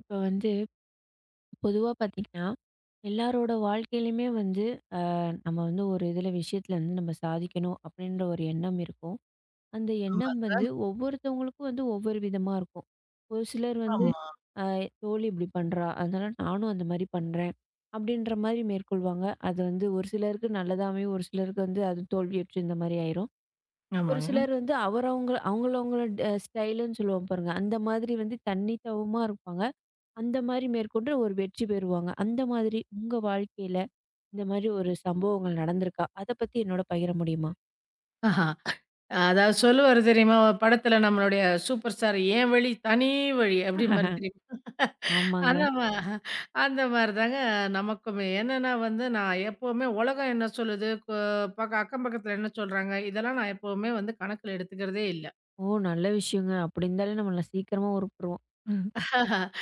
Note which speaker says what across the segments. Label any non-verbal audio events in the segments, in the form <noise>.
Speaker 1: இப்ப வந்து பொதுவா பார்த்தீங்கன்னா, எல்லாரோட வாழ்க்கையிலயுமே வந்து நம்ம வந்து ஒரு இதுல விஷயத்துல வந்து நம்ம சாதிக்கணும் அப்படின்ற ஒரு எண்ணம் இருக்கும். அந்த
Speaker 2: ஆமா,
Speaker 1: எண்ணம் வந்து ஒவ்வொருத்தவங்களுக்கும் வந்து ஒவ்வொரு விதமா இருக்கும். ஒரு சிலர் வந்து
Speaker 2: ஆமா.
Speaker 1: அ தோழி இப்படி பண்றா, அதனால நானும் அந்த மாரி பண்றேன் அப்படின்ற மாரி மேற்கொள்வாங்க. அது வந்து ஒரு சிலருக்கு நல்லதாமையும், ஒரு சிலருக்கு வந்து அது தோல்வியுற்று இந்த மாரி ஆயிரும். ஒரு
Speaker 2: ஆமாங்க.
Speaker 1: சிலர் வந்து அவரவங்க அவங்களவங்களோட ஸ்டைலுன்னு சொல்லுவோம் பாருங்க, அந்த மாதிரி வந்து தனித்துவமா இருப்பாங்க. அந்த மாரி மேற்கொண்டு ஒரு வெற்றி பெறுவாங்க. அந்த மாதிரி உங்க வாழ்க்கையில இந்த மாரி ஒரு சம்பவங்கள் நடந்திருக்கா? அத பத்தி என்னோட பகிர முடியுமா?
Speaker 2: ஆஹா. அதாவது சொல்லுவாரு தெரியுமா? ஒரு படத்துல நம்மளுடைய சூப்பர் ஸ்டார் "என் வழி தனி வழி" அப்படிம்பாரு
Speaker 1: <laughs>
Speaker 2: தெரியுமா?
Speaker 1: ஆமாங்க.
Speaker 2: அந்த மா அந்த மாரி தாங்க நமக்குமே. என்னன்னா வந்து நான் எப்பவுமே உலகம் என்ன சொல்லுது, பக்க அக்கம் பக்கத்துல என்ன சொல்றாங்க, இதெல்லாம் நான் எப்பவுமே வந்து கணக்குல எடுத்துக்கிறதே இல்ல.
Speaker 1: ஓ! நல்ல விஷயங்க. அப்படி இருந்தாலே நம்மள சீக்கிரமா உருப்புருவோம். ம்.
Speaker 2: <laughs>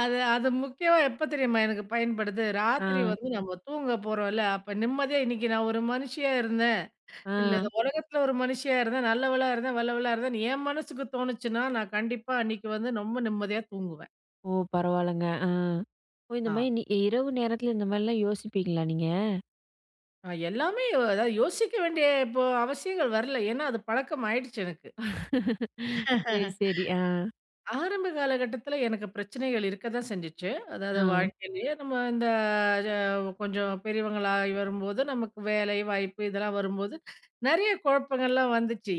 Speaker 2: அது அது முக்கியமா எப்ப தெரியுமா எனக்கு பயன்படுது?
Speaker 1: ஆ,
Speaker 2: ராத்திரி வந்து நம்ம தூங்க போறோம்ல, அப்ப நிம்மதியா இன்னைக்கு நான் ஒரு மனுஷியா இருந்தேன்.
Speaker 1: ஆ.
Speaker 2: இல்ல. இந்த உலகத்துல ஒரு மனுஷியா இருந்தேன், நல்லவளா இருந்தேன், வல்லவளா இருந்தேன். என் மனசுக்கு தோணுச்சுன்னா, நான் கண்டிப்பா அன்னைக்கு வந்து ரொம்ப நிம்மதியா தூங்குவேன்.
Speaker 1: ஓ! பரவால்லங்க. ஆ. ஓ! இந்த
Speaker 2: ஆ.
Speaker 1: மாரி நீ இரவு நேரத்துல இந்த மாரிலாம் யோசிப்பீங்களா நீங்க?
Speaker 2: எல்லாமே அதாவது யோசிக்க வேண்டிய இப்போ அவசியங்கள் வரல. ஏன்னா அது பழக்கம் ஆயிடுச்சு
Speaker 1: சரி,
Speaker 2: எனக்கு.
Speaker 1: சரி. ஆ.
Speaker 2: ஆரம்ப காலகட்டத்தில எனக்கு பிரச்சனைகள் இருக்க தான் செஞ்சுச்சு. அதாவது
Speaker 1: ஆ.
Speaker 2: வாழ்க்கையிலேயே நம்ம இந்த கொஞ்சம் பெரியவங்களாகி வரும்போது, நமக்கு வேலை வாய்ப்பு இதெல்லாம் வரும்போது, நெறைய குழப்பங்கள்லாம் வந்துச்சு.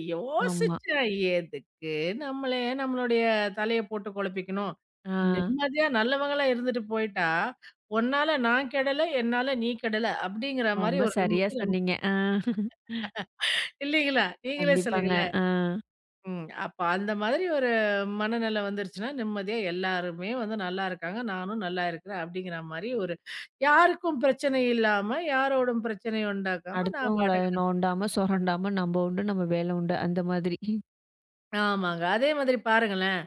Speaker 1: ஆமா.
Speaker 2: யோசிச்சேன், எதுக்கு நம்மளே நம்மளுடைய தலைய போட்டு குழப்பிக்கணும்?
Speaker 1: ஆ.
Speaker 2: நிம்மதியா நல்லவங்களா இருந்துட்டு போயிட்டா, "உன்னால நான் கெடல, என்னால நீ கெடல" அப்படிங்கிற மாரி
Speaker 1: ரொம்ப
Speaker 2: ஒரு
Speaker 1: சரியா
Speaker 2: நிம்மதி நமக்கு
Speaker 1: சொன்னீங்க. ஆ.
Speaker 2: இல்லைங்களா? நீங்களே
Speaker 1: கண்டிப்பாங்க.
Speaker 2: சொல்லுங்களேன்.
Speaker 1: ஆ.
Speaker 2: ம். அப்ப அந்த மாதிரி ஒரு மனநிலை வந்துருச்சுன்னா, நிம்மதியா எல்லாருமே வந்து நல்லா இருக்காங்க. நானும் நல்லா இருக்கிறேன். அப்படிங்கிற மாரி ஒரு யாருக்கும் பிரச்சனை இல்லாம, யாரோடும் பிரச்சனைய உண்டாக்காம நான்
Speaker 1: அடுத்தவங்கள
Speaker 2: பாட்டுக்கு
Speaker 1: நோண்டாம, சொரண்டாம நம்ம உண்டு, நம்ம வேலை உண்டு. அந்த மாதிரி.
Speaker 2: ஆமாங்க. அதே மாதிரி பாருங்களேன்,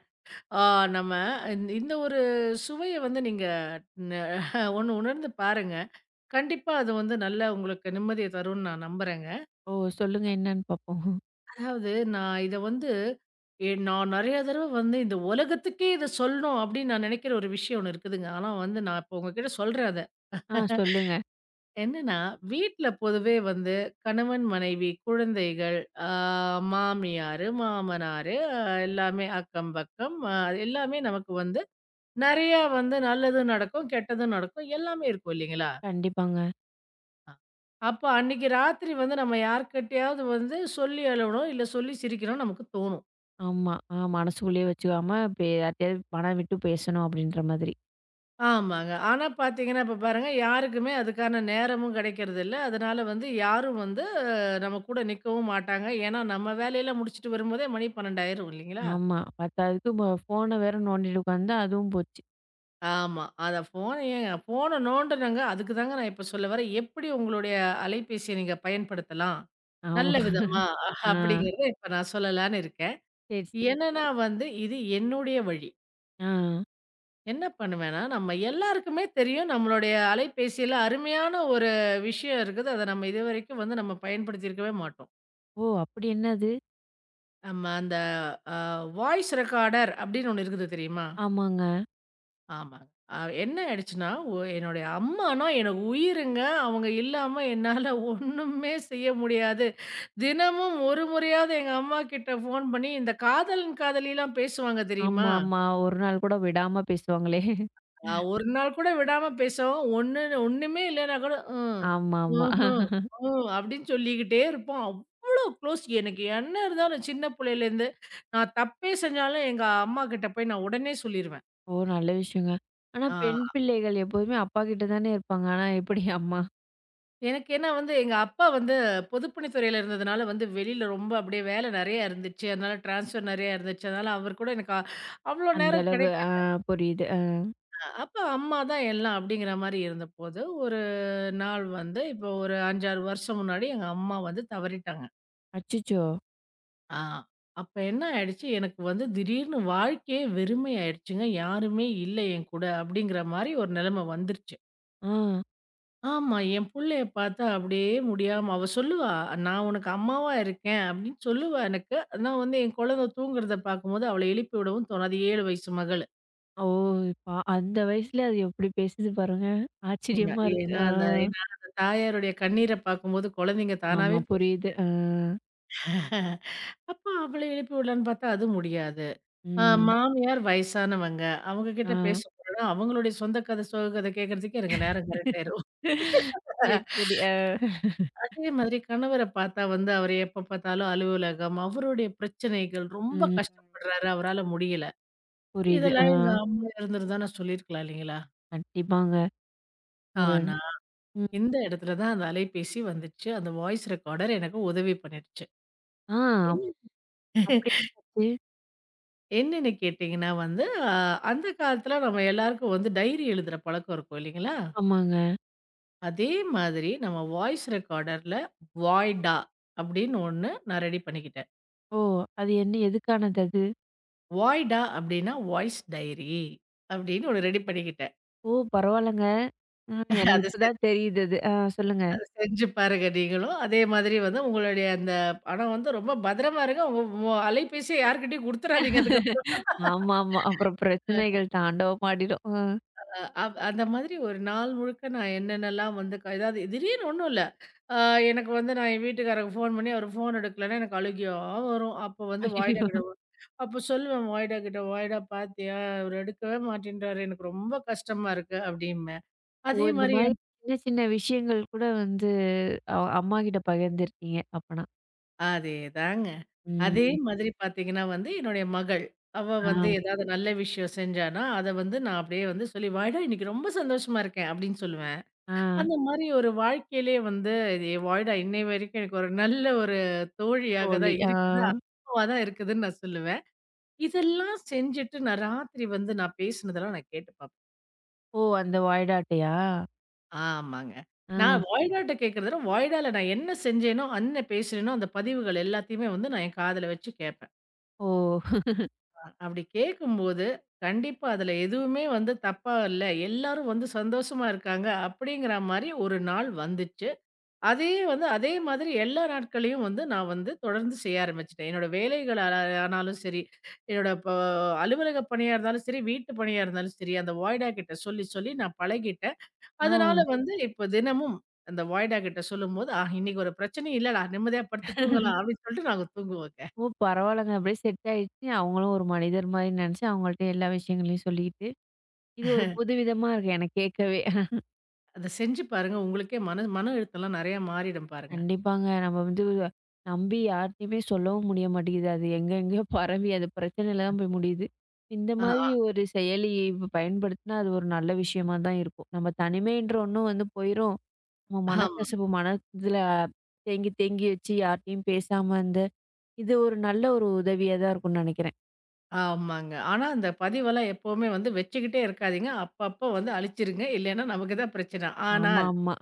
Speaker 2: ஆ நம்ம இந்த ஒரு சுவைய வந்து நீங்க ந <laughs> ஒண்ணு உணர்ந்து பாருங்க. கண்டிப்பா அது வந்து நல்ல உங்களுக்கு நிம்மதிய தரும்னு நான் நம்புறேங்க.
Speaker 1: ஓ! சொல்லுங்க என்னன்னு பாப்போம்.
Speaker 2: அதாவது நான் இத வந்து நான் நெறைய தடவ வந்து இந்த உலகத்துக்கே இத சொல்லணும் அப்படின்னு நான் நெனைக்கிற ஒரு விஷயம் ஒண்ணு இருக்குதுங்க. ஆனா வந்து நான் இப்போ உங்ககிட்ட சொல்றேன் அத.
Speaker 1: ஆ சொல்லுங்க.
Speaker 2: என்னன்னா, வீட்ல பொதுவே வந்து கணவன், மனைவி, குழந்தைகள், ஆ மாமியாரு, மாமனாரு எல்லாமே அக்கம் பக்கம் எல்லாமே நமக்கு வந்து நெறையா வந்து நல்லதும் நடக்கும், கெட்டதும் நடக்கும். எல்லாமே இருக்கும் இல்லைங்களா?
Speaker 1: கண்டிப்பாங்க.
Speaker 2: அ அப்ப அன்னைக்கு ராத்திரி வந்து நம்ம யார்கிட்டயாவது வந்து சொல்லி அழுவணும், இல்ல சொல்லி சிரிக்கணும்னு நமக்கு தோணும்.
Speaker 1: ஆமா. ஆ மனசுக்குள்ளேயே வச்சுக்காம இப்ப யார்ட்டயாவது மனம் விட்டு பேசணும் அப்படின்ற மாதிரி.
Speaker 2: ஆமாங்க. ஆனா பார்த்தீங்கன்னா, இப்ப பாருங்க யாருக்குமே அதுக்கான நேரமும் கிடைக்கிறதில்ல. அதனால வந்து யாரும் வந்து நம்ம கூட நிக்கவும் மாட்டாங்க. ஏன்னா, நம்ம வேலையெல்லாம் முடிச்சுட்டு வரும்போதே மணி 12 ஆயிரும் இல்லைங்களா?
Speaker 1: ஆமா. பத்தாததுக்கு ம ஃபோன வேற நோண்டிட்டு உட்காந்தா அதுவும் போச்சு.
Speaker 2: ஆமா. அத ஃபோன் ஏங்க ஃபோன நோண்டுனங்க. அதுக்கு தாங்க நான் இப்ப சொல்ல வரேன். எப்படி உங்களுடைய அலைபேசிய நீங்க பயன்படுத்தலாம்?
Speaker 1: ஆமா.
Speaker 2: நல்ல விதமா
Speaker 1: ஆ.
Speaker 2: அப்படிங்கிறத இப்ப நான் சொல்லலான்னு இருக்கேன்.
Speaker 1: சரி, சரி.
Speaker 2: என்னன்னா வந்து இது என்னுடைய வழி.
Speaker 1: ஆ.
Speaker 2: என்ன பண்ணுவேன்னா, நம்ம எல்லாருக்குமே தெரியும் நம்மளுடைய அலைபேசியில அருமையான ஒரு விஷயம் இருக்குது. அத நம்ம இதுவரைக்கும் வந்து நம்ம பயன்படுத்தியிருக்கவே மாட்டோம்.
Speaker 1: ஓ! அப்படி என்னது?
Speaker 2: நம்ம அந்த அ வாய்ஸ் ரெக்கார்டர் அப்படின்னு ஒண்ணு இருக்குது தெரியுமா?
Speaker 1: ஆமாங்க.
Speaker 2: ஆமாங்க. அ என்ன ஆயிடுச்சுன்னா, என்னுடைய அம்மானா எனக்கு உயிருங்க. அவங்க இல்லாம என்னால ஒண்ணுமே செய்ய முடியாது. தினமும் ஒரு முறையாவது எங்க அம்மாகிட்ட ஃபோன் பண்ணி இந்த காதலன் காதலிலாம் பேசுவாங்க தெரியுமா?
Speaker 1: ஆமா, ஆமா. ஒரு நாள் கூட விடாம பேசுவாங்களே.
Speaker 2: அ ஒரு நாள் கூட விடாம பேசவும், ஒண்ணுமே இல்லன்னா கூட, ம்,
Speaker 1: ஆமா, ஆமா.
Speaker 2: ம்ஹ்ம், ம் அப்படின்னு சொல்லிக்கிட்டே இருப்போம். அவ்ளோ க்ளோஸ். எனக்கு என்ன இருந்தாலும் சின்ன புள்ளையிலேருந்து, நான் தப்பே செஞ்சாலும் எங்க அம்மாகிட்ட போய் நான் உடனே சொல்லிருவேன்.
Speaker 1: ஓ! நல்ல விஷயங்க. ஆனா பெண்
Speaker 2: ஆ
Speaker 1: பிள்ளைகள் எப்போதுமே அப்பா கிட்ட தானே இருப்பாங்க. ஆனா எப்படி அம்மா?
Speaker 2: எனக்கு ஏன்னா வந்து எங்க அப்பா வந்து பொதுப்பணித்துறையில இருந்ததுனால வந்து வெளியில ரொம்ப அப்படியே வேலை நெறையா இருந்துச்சு. அதனால ட்ரான்ஸ்ஃபர் நெறையா இருந்துச்சு. அதனால அவர் கூட எனக்கு அ அவ்வளோ
Speaker 1: அந்த
Speaker 2: நேரம்
Speaker 1: அளவு ஆ
Speaker 2: கிடைக்கல.
Speaker 1: புரியுது. ஆ.
Speaker 2: அப்ப அம்மா தான் எல்லாம் அப்படிங்கிற மாரி இருந்தபோது நாள் வந்து இப்போ ஒரு 5, 6 வருஷம் முன்னாடி எங்க அம்மா வந்து தவறிட்டாங்க.
Speaker 1: அச்சச்சோ!
Speaker 2: ஆ அப்ப என்ன ஆயிடுச்சு, எனக்கு வந்து திடீர்னு வாழ்க்கையே வெறுமை ஆயிடுச்சுங்க. யாருமே இல்ல என் கூட அப்படிங்கிற மாரி ஒரு நிலைமை வந்துருச்சு.
Speaker 1: ஆ.
Speaker 2: ஆமா, என் புள்ளைய பார்த்தா அப்படியே முடியாம அவ சொல்லுவா, "நான் உனக்கு அம்மாவா இருக்கேன்" அப்படின்னு சொல்லுவா எனக்கு. ஆனா வந்து என் குழந்தை தூங்குறத பார்க்கும்போது அவள எழுப்பி விடவும் தோணாது. 7 வயசு மகளு.
Speaker 1: ஓ! பா அந்த வயசுல அது எப்படி பேசுது பாருங்க. ஆச்சரியமா இருக்கு. ஆ.
Speaker 2: ஏன்னா அந்த தாயாருடைய கண்ணீர பார்க்கும்போது குழந்தைங்க
Speaker 1: ஆமா
Speaker 2: தானாவே பேசும்.
Speaker 1: புரியுது. ஆ.
Speaker 2: அப்போ அவள எழுப்பி விடலான்னு பார்த்தா அது முடியாது. அ
Speaker 1: ம்.
Speaker 2: மாமியார் வயசானவங்க. அவங்க
Speaker 1: ஆ.
Speaker 2: கிட்ட பேச போனா அவங்களுடைய சொந்த கதை, சோக கதை கேட்கறதுக்கே எனக்கு நேரம் கரெக்ட் ஆயிரும்.
Speaker 1: சரி, சரி. ஆ.
Speaker 2: அதே மாதிரி கணவர பார்த்தா வந்து அவர் எப்ப பார்த்தாலும் அலுவலகம், அவருடைய பிரச்சனைகள் ரொம்ப
Speaker 1: ம்.
Speaker 2: கஷ்டப்படுறாரு, அவரால முடியல.
Speaker 1: புரியுது. ஆ.
Speaker 2: இதெல்லாம் எங்க அம்மா இருந்திருந்தா நான் சொல்லியிருக்கலாம் இல்லைங்களா?
Speaker 1: கண்டிப்பாங்க. ஒரு
Speaker 2: ஆனா,
Speaker 1: ம்.
Speaker 2: இந்த இடத்துல தான் அந்த அலைபேசி வந்துச்சு. அந்த வாய்ஸ் ரெக்கார்டர் எனக்கு உதவி பண்ணிடுச்சு.
Speaker 1: ஆ
Speaker 2: என்ன
Speaker 1: அப்படி என்னாச்சு?
Speaker 2: என்னன்னு கேட்டீங்கன்னா வந்து, அ அந்த காலத்துல நம்ம எல்லாருக்கும் வந்து டைரி எழுதுற பழக்கம் இருக்கும் இல்லைங்களா?
Speaker 1: ஆமாங்க.
Speaker 2: அதே மாதிரி நம்ம வாய்ஸ் ரெக்கார்டர்ல வாய்டா அப்படின்னு ஒண்ணு நான் ரெடி பண்ணிக்கிட்டேன்.
Speaker 1: ஓ! அது என்ன எதுக்கானது அது?
Speaker 2: வாய்டா அப்படின்னா வாய்ஸ் டைரி அப்படின்னு ஒண்ணு ரெடி பண்ணிக்கிட்டேன்.
Speaker 1: ஓ! பரவால்லங்க. ம்.
Speaker 2: <laughs>
Speaker 1: எனக்கு
Speaker 2: அத
Speaker 1: இப்ப
Speaker 2: செ
Speaker 1: தான் தெரியுது அது. ஆ சொல்லுங்க.
Speaker 2: அத செஞ்சு பாருங்க நீங்களும். அதே மாதிரி வந்து உங்களுடைய அந்த ஆனா வந்து ரொம்ப பத்திரமா இருங்க. உங்க அலைபேசிய யார்கிட்டயும் குடுத்துறாதீங்க அதுக்கப்புறம்.
Speaker 1: ஆமாமா. அப்புறம் பிரச்சனைகள் தாண்டவமாடிடும். ஆ.
Speaker 2: அ அவ் அந்த மாதிரி ஒரு நாள் முழுக்க நான் என்னென்னலாம் வந்து ஏதாவது திடீர்னு ஒண்ணும் இல்ல. அ எனக்கு வந்து நான் என் வீட்டுக்காரருக்கு ஃபோன் பண்ணி அவரு ஃபோன் எடுக்கலன்னா எனக்கு அழுகையா வரும். அப்போ வந்து
Speaker 1: ஐயயோ!
Speaker 2: அப்போ சொல்லுவேன் வாய்டா கிட்ட, "வாய்டா பாத்தியா? அவரு எடுக்கவே மாட்டேன்றாரு. எனக்கு ரொம்ப கஷ்டமா இருக்கு" அப்படிம்பேன்.
Speaker 1: ஓ!
Speaker 2: அதே
Speaker 1: இந்த
Speaker 2: மாரி
Speaker 1: மாரி
Speaker 2: என்
Speaker 1: சின்ன சின்ன விஷயங்கள் கூட வந்து அம்மா கிட்ட பகிர்ந்திருக்கீங்க அப்பனா.
Speaker 2: அதேதாங்க. அதே
Speaker 1: ம்.
Speaker 2: மாதிரி பாத்தீங்கன்னா வந்து என்னுடைய மகள், அவ
Speaker 1: ஆ,
Speaker 2: வந்து ஏதாவது நல்ல விஷயம் செஞ்சான்னா, அத வந்து நான் அப்படியே வந்து சொல்லி "வாய்டா இன்னைக்கு ரொம்ப சந்தோஷமா இருக்கேன்" அப்படின்னு சொல்லுவேன்.
Speaker 1: ஆ.
Speaker 2: அந்த மாரி ஒரு வாழ்க்கையிலயே வந்து இது எவாய்டா இன்னை வரைக்கும் எனக்கு ஒரு நல்ல ஒரு தோழியாக
Speaker 1: தோழி.
Speaker 2: தான்
Speaker 1: ஆ.
Speaker 2: இருக்குது. அனுபவா தான் இருக்குதுன்னு நான் சொல்லுவேன். இதெல்லாம் செஞ்சுட்டு நான் ராத்திரி வந்து நான் பேசினதெல்லாம் நான் கேட்டு பார்ப்பேன்.
Speaker 1: ஓ! அந்த வாய்டா அட்டையா?
Speaker 2: ஆமாங்க.
Speaker 1: ஆ.
Speaker 2: நான் வாய்டாட்ட கேட்கிறத விட, வாய்டால நான் என்ன செஞ்சேனோ, என்ன பேசினேனோ அந்த பதிவுகள் எல்லாத்தையுமே வந்து நான் என் காதுல வச்சு கேட்பேன்.
Speaker 1: ஓ!
Speaker 2: அ அப்படி கேட்கும்போது, கண்டிப்பா அதுல எதுவுமே வந்து தப்பா இல்ல. எல்லாரும் வந்து சந்தோஷமா இருக்காங்க. அப்படிங்கிற மாரி ஒரு நாள் வந்துச்சு. அதே மாதிரி எல்லா நாட்களையும் வந்து நான் வந்து தொடர்ந்து செய்ய ஆரம்பிச்சுட்டேன். என்னோட வேலைகள் ஆ ஆனாலும் சரி, என்னோட இப்போ அலுவலக பணியா இருந்தாலும் சரி, வீட்டு பணியா இருந்தாலும் சரி, அந்த வாய்டா கிட்ட சொல்லி, சொல்லி நான் பழகிட்டேன்.
Speaker 1: ஆ.
Speaker 2: அதனால வந்து இப்போ தினமும் அந்த வாய்டா கிட்ட சொல்லும்போது, "ஆ இன்னைக்கு ஒரு பிரச்சனையும் இல்லடா, நிம்மதியா படுத்து தூங்கலாம்." அப்படின்னு சொல்லிட்டு நாங்க தூங்குவோங்க.
Speaker 1: ஓ! பரவால்லங்க. அப்படியே செட் ஆயிடுச்சு. அவங்களும் ஒரு மனிதர் மாரி நெனச்சு அவங்கள்ட்ட எல்லா விஷயங்களையும் சொல்லிக்கிட்டு, இது ஒரு புதுவிதமா இருக்கு எனக்கு கேட்கவே.
Speaker 2: அத செஞ்சு பாருங்க. உங்களுக்கே மன மன அழுத்தம்லாம் நெறையா மாறிடும் பாருங்க.
Speaker 1: கண்டிப்பாங்க. நம்ம வந்து நம்பி யார்ட்டயுமே சொல்லவும் முடிய மாட்டேங்குது. அது எங்க எங்கேயோ பரவி அது பிரச்சனையில தான் போய் முடியுது. இந்த
Speaker 2: ஆ
Speaker 1: மாதிரி
Speaker 2: ஆ
Speaker 1: ஒரு செயலி பயன்படுத்தினா அது ஒரு நல்ல விஷயமா தான் இருக்கும். நம்ம தனிமைன்ற ஒண்ணும் வந்து போயிரும். நம்ம
Speaker 2: ஆமா.
Speaker 1: மனக்கசப்பு மன இதுல தேங்கி தேங்கி வச்சு யார்ட்டயும் பேசாம இருந்த, இது ஒரு நல்ல ஒரு உதவியா தான் இருக்கும்னு நெனைக்கிறேன்.
Speaker 2: ஆமாங்க. ஆனா, அந்த பதிவெல்லாம் எப்பவுமே வந்து வச்சுக்கிட்டே இருக்காதீங்க. அப்பப்போ வந்து அழிச்சிருங்க. இல்லைன்னா நமக்கு தான் பிரச்சன.
Speaker 1: ஆமா,
Speaker 2: ஆனால்,
Speaker 1: ஆமா.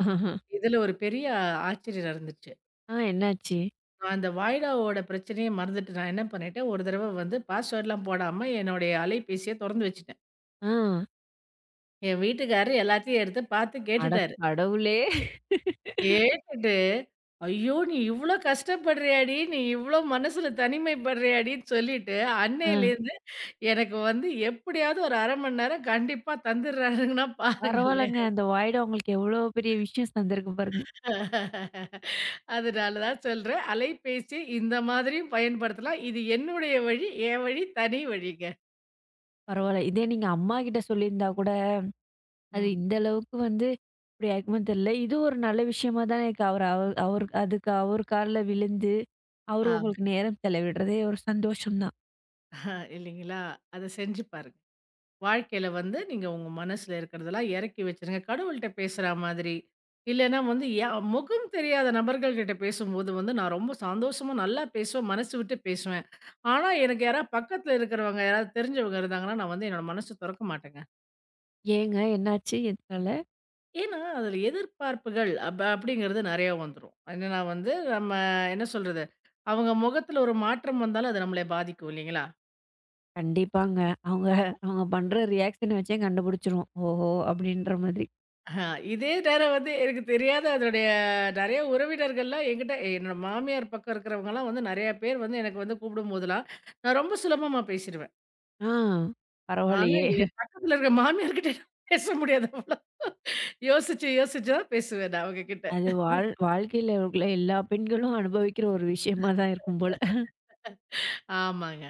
Speaker 2: இதுல ஒரு பெரிய ஆச்சரியம் நடந்துச்சு.
Speaker 1: ஆ என்னாச்சு?
Speaker 2: நான் அந்த வாய்டாவோட பிரச்சனைய மறந்துட்டு நான் என்ன பண்ணிட்டேன், ஒரு தடவ வந்து பாஸ்வேர்ட்லாம் போடாம என்னுடைய அலைபேசிய தொறந்து வச்சுட்டேன்.
Speaker 1: ஆ.
Speaker 2: என் வீட்டுக்காரரு எல்லாத்தையும் எடுத்து பார்த்து
Speaker 1: அட
Speaker 2: கேட்டுட்டாரு.
Speaker 1: கடவுளே!
Speaker 2: கேட்டுட்டு, "ஐயோ! நீ இவ்ளோ கஷ்டப்படுறியாடி! நீ இவ்ளோ மனசுல தனிமைப்படுறியாடின்னு" சொல்லிட்டு,
Speaker 1: ஆ.
Speaker 2: அன்னையிலேருந்து எனக்கு வந்து எப்படியாவது ஒரு 1/2 மணி நேரம் கண்டிப்பா தந்துடுறாருங்கன்னா
Speaker 1: பரவால்லங்க.
Speaker 2: பாருங்களேன்.
Speaker 1: அந்த வாய்டா உங்களுக்கு எவ்ளோ பெரிய விஷயம் தந்திருக்கு பாருங்க.
Speaker 2: அதனால தான் சொல்றேன். அலைபேசி இந்த மாதிரியும் பயன்படுத்தலாம். இது என்னுடைய வழி, என் வழி தனி வழிங்க.
Speaker 1: பரவால்ல. இதே நீங்க அம்மா கிட்ட சொல்லியிருந்தா கூட, அது
Speaker 2: ம்.
Speaker 1: இந்த அளவுக்கு வந்து இப்டி ஆயிருக்குமான்னு தெரியல. இது ஒரு நல்ல விஷயமா தானே இருக்கு. அவரு அவ அவரு அதுக்கு அவர் கால்ல விழுந்து, அவரு
Speaker 2: ஆமா
Speaker 1: உங்களுக்கு நேரம் செலவிடுறதே ஒரு சந்தோஷம் தான்.
Speaker 2: இல்லைங்களா? அத செஞ்சு பாருங்க. வாழ்க்கையில வந்து நீங்க உங்க மனசுல இருக்கிறதெல்லாம் இறக்கி வச்சுருங்க. கடவுள்ட்ட பேசுற மாதிரி, இல்லன்னா வந்து முகம் தெரியாத நபர்கள் கிட்ட பேசும்போது வந்து நான் ரொம்ப சந்தோஷமா நல்லா பேசுவேன். மனசு விட்டு பேசுவேன். ஆனா எனக்கு யாராவது பக்கத்துல இருக்கிறவங்க, யாராவது தெரிஞ்சவங்க இருந்தாங்கன்னா, நான் வந்து என்னோட மனசு தொறக்க மாட்டேங்க.
Speaker 1: ஏங்க என்னாச்சு? எதுனால?
Speaker 2: ஏன்னா, அதில எதிர்பார்ப்புகள் அப்படிங்கிறது நெறைய வந்துரும். என்னன்னா வந்து நம்ம என்ன சொல்றது? அவங்க முகத்தில ஒரு மாற்றம் வந்தாலும் அது நம்மள பாதிக்கும் இல்லைங்களா?
Speaker 1: கண்டிப்பாங்க. அவங்க அவங்க பண்ற ரியாக்ஷன வச்சே கண்டுபிடிச்சுருவோம். ஓஹோ! அப்படின்ற மாதிரி.
Speaker 2: இதே நேரம் வந்து எனக்கு தெரியாத அதனுடைய நெறைய உறவினர்கள்லாம் என்கிட்ட என்னோட மாமியார் பக்கம் இருக்கிறவங்கலாம் வந்து நெறைய பேர் வந்து எனக்கு வந்து கூப்பிடும்போதெல்லாம், நான் ரொம்ப சுலபமா பேசிருவேன்.
Speaker 1: ஆ
Speaker 2: ஆனா,
Speaker 1: பரவாயில்லையே!
Speaker 2: என் பக்கத்தில இருக்கிற மாமியார் கிட்ட பேச முடியாது அவ்வளோ. யோசிச்சு யோசிச்சு தான் பேசுவேன் நான் அவங்க கிட்ட.
Speaker 1: அது வாழ் வாழ்க்கையில உள்ள எல்லா பெண்களும் அனுபவிக்கிற ஒரு விஷயமா தான் இருக்கும் போல.
Speaker 2: ஆமாங்க.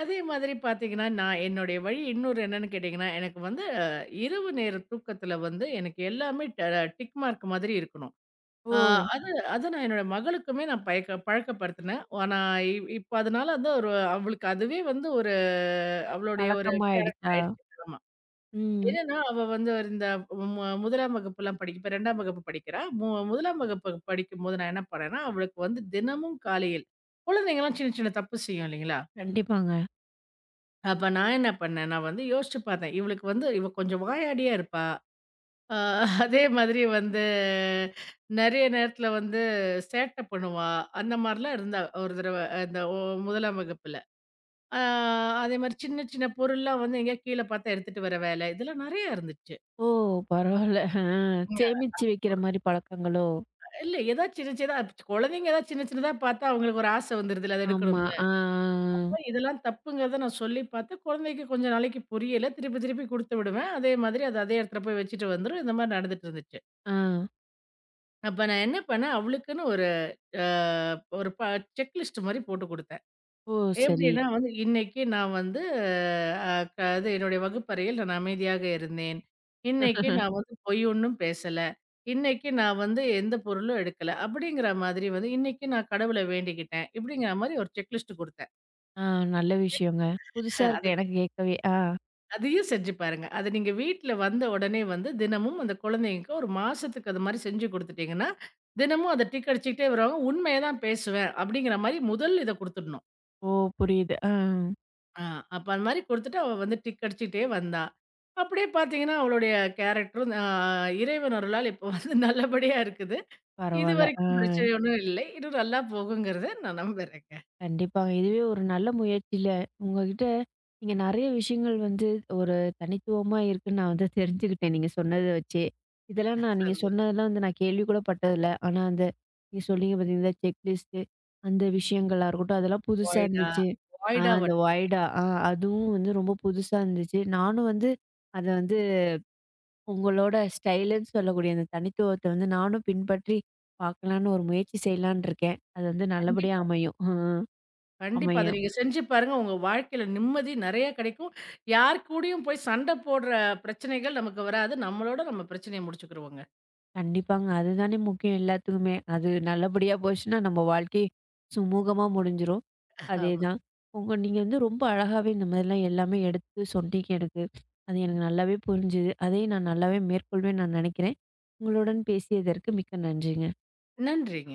Speaker 2: அதே மாதிரி பார்த்தீங்கன்னா, நான் என்னுடைய வழி இன்னொரு என்னன்னு கேட்டீங்கன்னா, எனக்கு வந்து அ இரவு நேர தூக்கத்தில வந்து எனக்கு எல்லாமே டிக் மார்க் மாதிரி இருக்கணும்.
Speaker 1: ஓ!
Speaker 2: ஆ அது ம். அத நான் என்னோட மகளுக்குமே நான் பழக்கப்படுத்தினேன். ஆனா இ இப்ப அதனால வந்து ஒரு அவளுக்கு அதுவே வந்து ஒரு அவளுடைய ஒரு கேரக்டர்
Speaker 1: பழக்கமாயிடுச்சா?
Speaker 2: ஆயிடுச்சு. ஆமா.
Speaker 1: ம்.
Speaker 2: என்னன்னா அவ வந்து ஒரு இந்த 1ஆம் வகுப்புலாம் படிக்க இப்ப 2ஆம் வகுப்பு படிக்கிறா. 1ஆம் வகுப்பு படிக்கும்போது நான் என்ன பண்ணேன்னா, அவளுக்கு வந்து தினமும் காலையில் குழந்தைங்கலாம் சின்ன சின்ன தப்பு செய்யும் இல்லைங்களா?
Speaker 1: கண்டிப்பாங்க.
Speaker 2: அப்ப நான் என்ன பண்ணேன், நான் வந்து யோசிச்சு பார்த்தேன். இவளுக்கு வந்து இவ கொஞ்சம் வாயாடியா இருப்பா. அ அதே மாதிரி வந்து நெறைய நேரத்தில வந்து சேட்டை பண்ணுவா. அந்த மாரிலாம் இருந்தா ஒரு தடவ அந்த ஒ 1ஆம் வகுப்புல. அ அதே மாரி சின்ன சின்ன பொருள்லாம் வந்து எங்கேயா கீழ பார்த்தா எடுத்துட்டு வர வேலை, இதெல்லாம் நெறைய இருந்துச்சு.
Speaker 1: ஓ! பரவால்ல. ஆ சேமிச்சு வைக்கிற மாரி பழக்கங்களோ?
Speaker 2: இல்ல ஏதாவது சின்ன சின்னதா குழந்தைங்க ஏதாவது சின்ன சின்னதா பார்த்தா அவங்களுக்கு ஒரு ஆசை வந்துருதுல்ல, அத
Speaker 1: ஆமா.
Speaker 2: எடுக்கணும்னு.
Speaker 1: ஆ, ஆ,
Speaker 2: இதெல்லாம் தப்புங்கிறத நான் சொல்லி பார்த்தேன். குழந்தைக்கு கொஞ்ச நாளைக்கு புரியல. திருப்பி, திருப்பி குடுத்து விடுவேன். அதே மாதிரி அது அதே இடத்துல போய் வச்சுட்டு வந்துரும். இந்த மாரி நடந்துட்டு இருந்துச்சு.
Speaker 1: ஆ. ஆ.
Speaker 2: அப்ப நான் என்ன பண்ணேன், அவளுக்குன்னு ஒரு அ ஒரு ப செக்லிஸ்ட் மாரி போட்டு குடுத்தேன்.
Speaker 1: ஓ! சரி.
Speaker 2: எப்படின்னா வந்து இன்னைக்கு நான் வந்து அ அது என்னுடைய வகுப்பறையில் நான் அமைதியாக இருந்தேன். இன்னைக்கு நான் வந்து பொய் ஒண்ணும் பேசல. இன்னைக்கு நான் வந்து எந்த பொருளும் எடுக்கல. அப்படிங்கிற மாதிரி வந்து இன்னைக்கு நான் கடவுள வேண்டிக்கிட்டேன். இப்படிங்கிற மாரி ஒரு செக்லிஸ்ட்
Speaker 1: ஆ நல்ல விஷயங்க. புதுசா
Speaker 2: குடுத்தேன்.
Speaker 1: இருக்கு எனக்கு கேட்கவே. ஆ.
Speaker 2: அதையும் செஞ்சு பாருங்க. அது நீங்க வீட்ல வந்த உடனே வந்து தினமும் அந்த குழந்தைங்களுக்கு ஒரு மாசத்துக்கு அது மாரி செஞ்சு குடுத்துட்டீங்கன்னா, தினமும் அத டிக் அடிச்சுக்கிட்டே வருவாங்க. உண்மைய தான் பேசுவேன் அப்படிங்கிற மாரி முதல் இத குடுத்துடணும்.
Speaker 1: ஓ! புரியுது. ஆ.
Speaker 2: ஆ அப்ப அந்த மாரி குடுத்துட்டு அவ வந்து டிக் அடிச்சுக்கிட்டே வந்தா. அப்படியே பார்த்தீங்கன்னா, அவளுடைய கேரக்டரும் ஆ இறைவன் அருளால் இப்போ வந்து நல்லபடியா இருக்குது.
Speaker 1: பரவால்ல. ஆ.
Speaker 2: இதுவரைக்கும் பிரச்சனை ஒண்ணும் இல்லை. இன்னும் நல்லா போகுங்கிறத நான் நம்புறேங்க.
Speaker 1: கண்டிப்பாங்க. இதுவே ஒரு நல்ல முயற்சியில உங்ககிட்ட நீங்க நெறைய விஷயங்கள் வந்து ஒரு தனித்துவமா இருக்குன்னு நான் வந்து தெரிஞ்சுக்கிட்டேன், நீங்க சொன்னத வச்சே. இதெல்லாம் நான் நீங்க
Speaker 2: சந்தோஷம்.
Speaker 1: சொன்னதெல்லாம் வந்து நான் கேள்வி கூட பட்டதில்ல. ஆனா, அந்த நீங்க சொன்னீங்க பார்த்தீங்களா, செக்லிஸ்ட்டு அந்த விஷயங்களா இருக்கட்டும், அதெல்லாம் புதுசா
Speaker 2: வாய்டா
Speaker 1: இருந்துச்சு. ஆ
Speaker 2: வாய்டா
Speaker 1: அந்த
Speaker 2: வட்டம்.
Speaker 1: வைடா ஆ அதுவும் வந்து ரொம்ப புதுசா இருந்துச்சு. நானும் வந்து அத வந்து உங்களோட ஸ்டைலுன்னு சொல்லக்கூடிய அந்த தனித்துவத்த வந்து நானும் பின்பற்றி பார்க்கலான்னு ஒரு முயற்சி செய்யலான்னு இருக்கேன். அது வந்து நல்லபடியா
Speaker 2: கண்டிப்பா.
Speaker 1: அமையும். ம்.
Speaker 2: கண்டிப்பா. அத
Speaker 1: அமையும்.
Speaker 2: நீங்க செஞ்சு பாருங்க. உங்க வாழ்க்கையில நிம்மதி நெறைய கிடைக்கும். யார் கூடயும் போய் சண்ட போடுற பிரச்சனைகள் நமக்கு வராது. நம்மளோட நம்ம பிரச்சனைய முடிச்சுக்குருவோங்க.
Speaker 1: கண்டிப்பாங்க. அதுதானே முக்கியம் எல்லாத்துக்குமே. அது நல்லபடியா போச்சுன்னா, நம்ம வாழ்க்கை சுமூகமா முடிஞ்சிரும்.
Speaker 2: ஆமா.
Speaker 1: அதேதான். உங்க நீங்க வந்து ரொம்ப அழகாவே இந்த மாதிரிலாம் எல்லாமே எடுத்து சொன்னீங்க எனக்கு. அது எனக்கு நல்லாவே புரிஞ்சுது. அதையும் நான் நல்லாவே மேற்கொள்வேன்னு நான் நினைக்கிறேன். உங்களுடன் பேசியதற்கு மிக்க நன்றிங்க.
Speaker 2: நன்றிங்க.